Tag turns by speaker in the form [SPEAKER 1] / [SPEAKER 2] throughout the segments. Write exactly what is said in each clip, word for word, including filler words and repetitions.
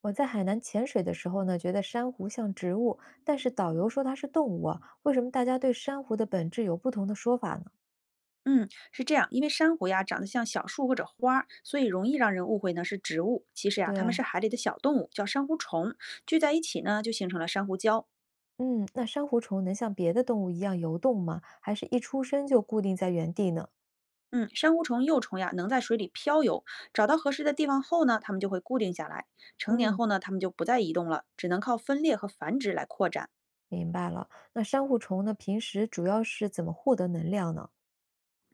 [SPEAKER 1] 我在海南潜水的时候呢，觉得珊瑚像植物，但是导游说它是动物啊。为什么大家对珊瑚的本质有不同的说法呢？
[SPEAKER 2] 嗯，是这样，因为珊瑚呀长得像小树或者花儿所以容易让人误会呢是植物。其实呀，
[SPEAKER 1] 对
[SPEAKER 2] 它们
[SPEAKER 1] 啊，
[SPEAKER 2] 是海里的小动物，叫珊瑚虫，聚在一起呢就形成了珊瑚礁。
[SPEAKER 1] 嗯，那珊瑚虫能像别的动物一样游动吗？还是一出生就固定在原地呢？
[SPEAKER 2] 嗯，珊瑚虫幼虫呀能在水里漂游，找到合适的地方后呢，它们就会固定下来。成年
[SPEAKER 1] 嗯，
[SPEAKER 2] 后呢，它们就不再移动了，只能靠分裂和繁殖来扩展。
[SPEAKER 1] 明白了。那珊瑚虫呢，平时主要是怎么获得能量呢？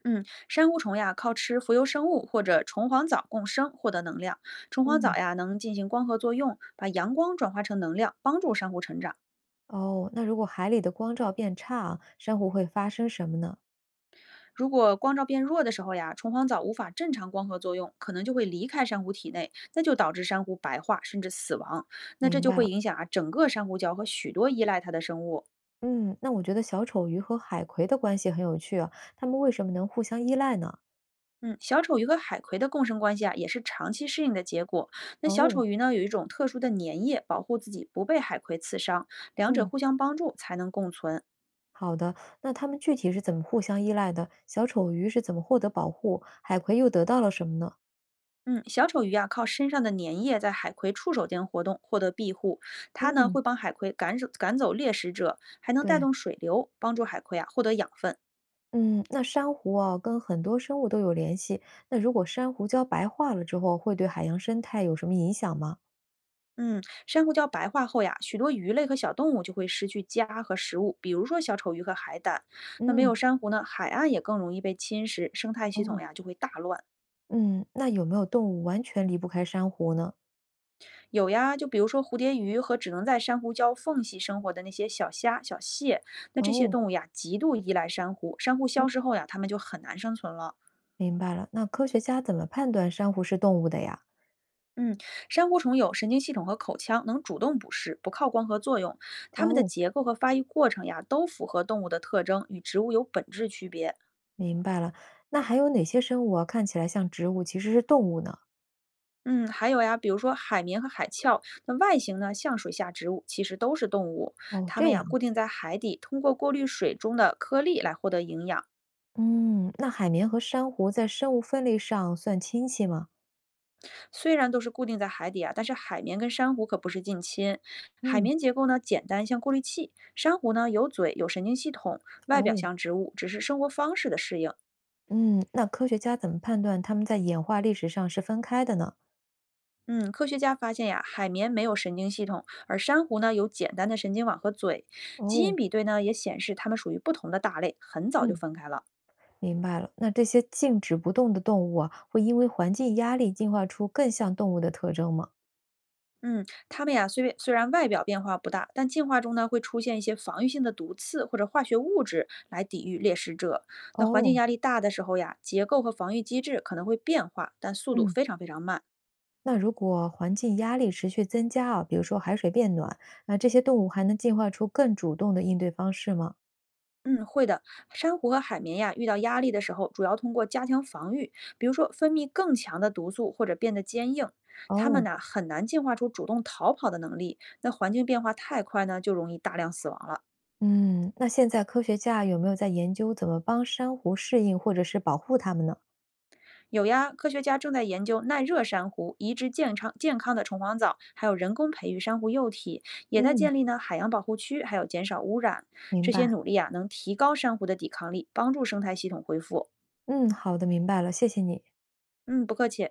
[SPEAKER 2] 嗯，珊瑚虫呀靠吃浮游生物或者虫黄藻共生获得能量。虫黄藻
[SPEAKER 1] 嗯，
[SPEAKER 2] 呀能进行光合作用，把阳光转化成能量，帮助珊瑚成长。
[SPEAKER 1] 哦，那如果海里的光照变差啊，珊瑚会发生什么呢？
[SPEAKER 2] 如果光照变弱的时候呀，虫黄藻无法正常光合作用，可能就会离开珊瑚体内，那就导致珊瑚白化甚至死亡。那这
[SPEAKER 1] 明
[SPEAKER 2] 就
[SPEAKER 1] 白
[SPEAKER 2] 会
[SPEAKER 1] 了。
[SPEAKER 2] 影响啊整个珊瑚礁和许多依赖它的生物。
[SPEAKER 1] 嗯，那我觉得小丑鱼和海葵的关系很有趣啊，它们为什么能互相依赖呢？
[SPEAKER 2] 嗯，小丑鱼和海葵的共生关系啊，也是长期适应的结果。那小丑
[SPEAKER 1] 哦，
[SPEAKER 2] 鱼呢，有一种特殊的粘液保护自己不被海葵刺伤，两者
[SPEAKER 1] 嗯，
[SPEAKER 2] 互相帮助才能共存。
[SPEAKER 1] 好的。那它们具体是怎么互相依赖的？小丑鱼是怎么获得保护？海葵又得到了什么呢？
[SPEAKER 2] 嗯，小丑鱼啊，靠身上的粘液在海葵触手间活动，获得庇护。它呢
[SPEAKER 1] 嗯，
[SPEAKER 2] 会帮海葵赶走赶走猎食者，还能带
[SPEAKER 1] 对，
[SPEAKER 2] 动水流，帮助海葵啊获得养分。
[SPEAKER 1] 嗯，那珊瑚啊，跟很多生物都有联系。那如果珊瑚礁白化了之后，会对海洋生态有什么影响吗？
[SPEAKER 2] 嗯，珊瑚礁白化后呀，许多鱼类和小动物就会失去家和食物，比如说小丑鱼和海胆。那没有
[SPEAKER 1] 嗯，
[SPEAKER 2] 珊瑚呢，海岸也更容易被侵蚀，生态系统
[SPEAKER 1] 哦，
[SPEAKER 2] 呀就会大乱。
[SPEAKER 1] 嗯，那有没有动物完全离不开珊瑚呢？
[SPEAKER 2] 有呀，就比如说蝴蝶鱼和只能在珊瑚礁缝隙生活的那些小虾、小蟹，那这些
[SPEAKER 1] 哦，
[SPEAKER 2] 动物呀，极度依赖珊瑚，珊瑚消失后呀，它们就很难生存了。
[SPEAKER 1] 明白了。那科学家怎么判断珊瑚是动物的呀？
[SPEAKER 2] 嗯，珊瑚虫有神经系统和口腔，能主动捕食，不靠光合作用。它们的
[SPEAKER 1] 哦，
[SPEAKER 2] 结构和发育过程呀，都符合动物的特征，与植物有本质区别。
[SPEAKER 1] 明白了。那还有哪些生物啊，看起来像植物，其实是动物呢？
[SPEAKER 2] 嗯，还有呀，比如说海绵和海鞘，那外形呢像水下植物，其实都是动物。
[SPEAKER 1] 哦，
[SPEAKER 2] 它们
[SPEAKER 1] 这
[SPEAKER 2] 呀
[SPEAKER 1] 样。
[SPEAKER 2] 固定在海底，通过过滤水中的颗粒来获得营养。
[SPEAKER 1] 嗯，那海绵和珊瑚在生物分类上算亲戚吗？
[SPEAKER 2] 虽然都是固定在海底啊，但是海绵跟珊瑚可不是近亲。海
[SPEAKER 1] 嗯，
[SPEAKER 2] 绵结构呢简单，像过滤器；珊瑚呢有嘴，有神经系统，外表
[SPEAKER 1] 哦，
[SPEAKER 2] 像植物，只是生活方式的适应。
[SPEAKER 1] 嗯，那科学家怎么判断它们在演化历史上是分开的呢？
[SPEAKER 2] 嗯，科学家发现呀，海绵没有神经系统，而珊瑚呢有简单的神经网和嘴。基因
[SPEAKER 1] 哦，
[SPEAKER 2] 比对呢也显示它们属于不同的大类，很早就
[SPEAKER 1] 嗯，
[SPEAKER 2] 分开了。
[SPEAKER 1] 明白了，那这些静止不动的动物啊，会因为环境压力进化出更像动物的特征吗？
[SPEAKER 2] 嗯，它们呀，虽然虽然外表变化不大，但进化中呢会出现一些防御性的毒刺或者化学物质来抵御猎食者。那环境
[SPEAKER 1] 哦，
[SPEAKER 2] 压力大的时候呀，结构和防御机制可能会变化，但速度
[SPEAKER 1] 嗯，
[SPEAKER 2] 非常非常慢。
[SPEAKER 1] 那如果环境压力持续增加啊，比如说海水变暖，那这些动物还能进化出更主动的应对方式吗？
[SPEAKER 2] 嗯，会的。珊瑚和海绵呀，遇到压力的时候，主要通过加强防御，比如说分泌更强的毒素或者变得坚硬。它们
[SPEAKER 1] 哦。
[SPEAKER 2] 呢很难进化出主动逃跑的能力。那环境变化太快呢，就容易大量死亡了。
[SPEAKER 1] 嗯，那现在科学家有没有在研究怎么帮珊瑚适应或者是保护它们呢？
[SPEAKER 2] 有呀，科学家正在研究耐热珊瑚、移植健康健康的虫黄藻，还有人工培育珊瑚幼体，也在
[SPEAKER 1] 嗯，
[SPEAKER 2] 建立呢海洋保护区，还有减少污染。这
[SPEAKER 1] 明
[SPEAKER 2] 些
[SPEAKER 1] 白。
[SPEAKER 2] 努力啊，能提高珊瑚的抵抗力，帮助生态系统恢复。
[SPEAKER 1] 嗯，好的，明白了，谢谢你。
[SPEAKER 2] 嗯，不客气。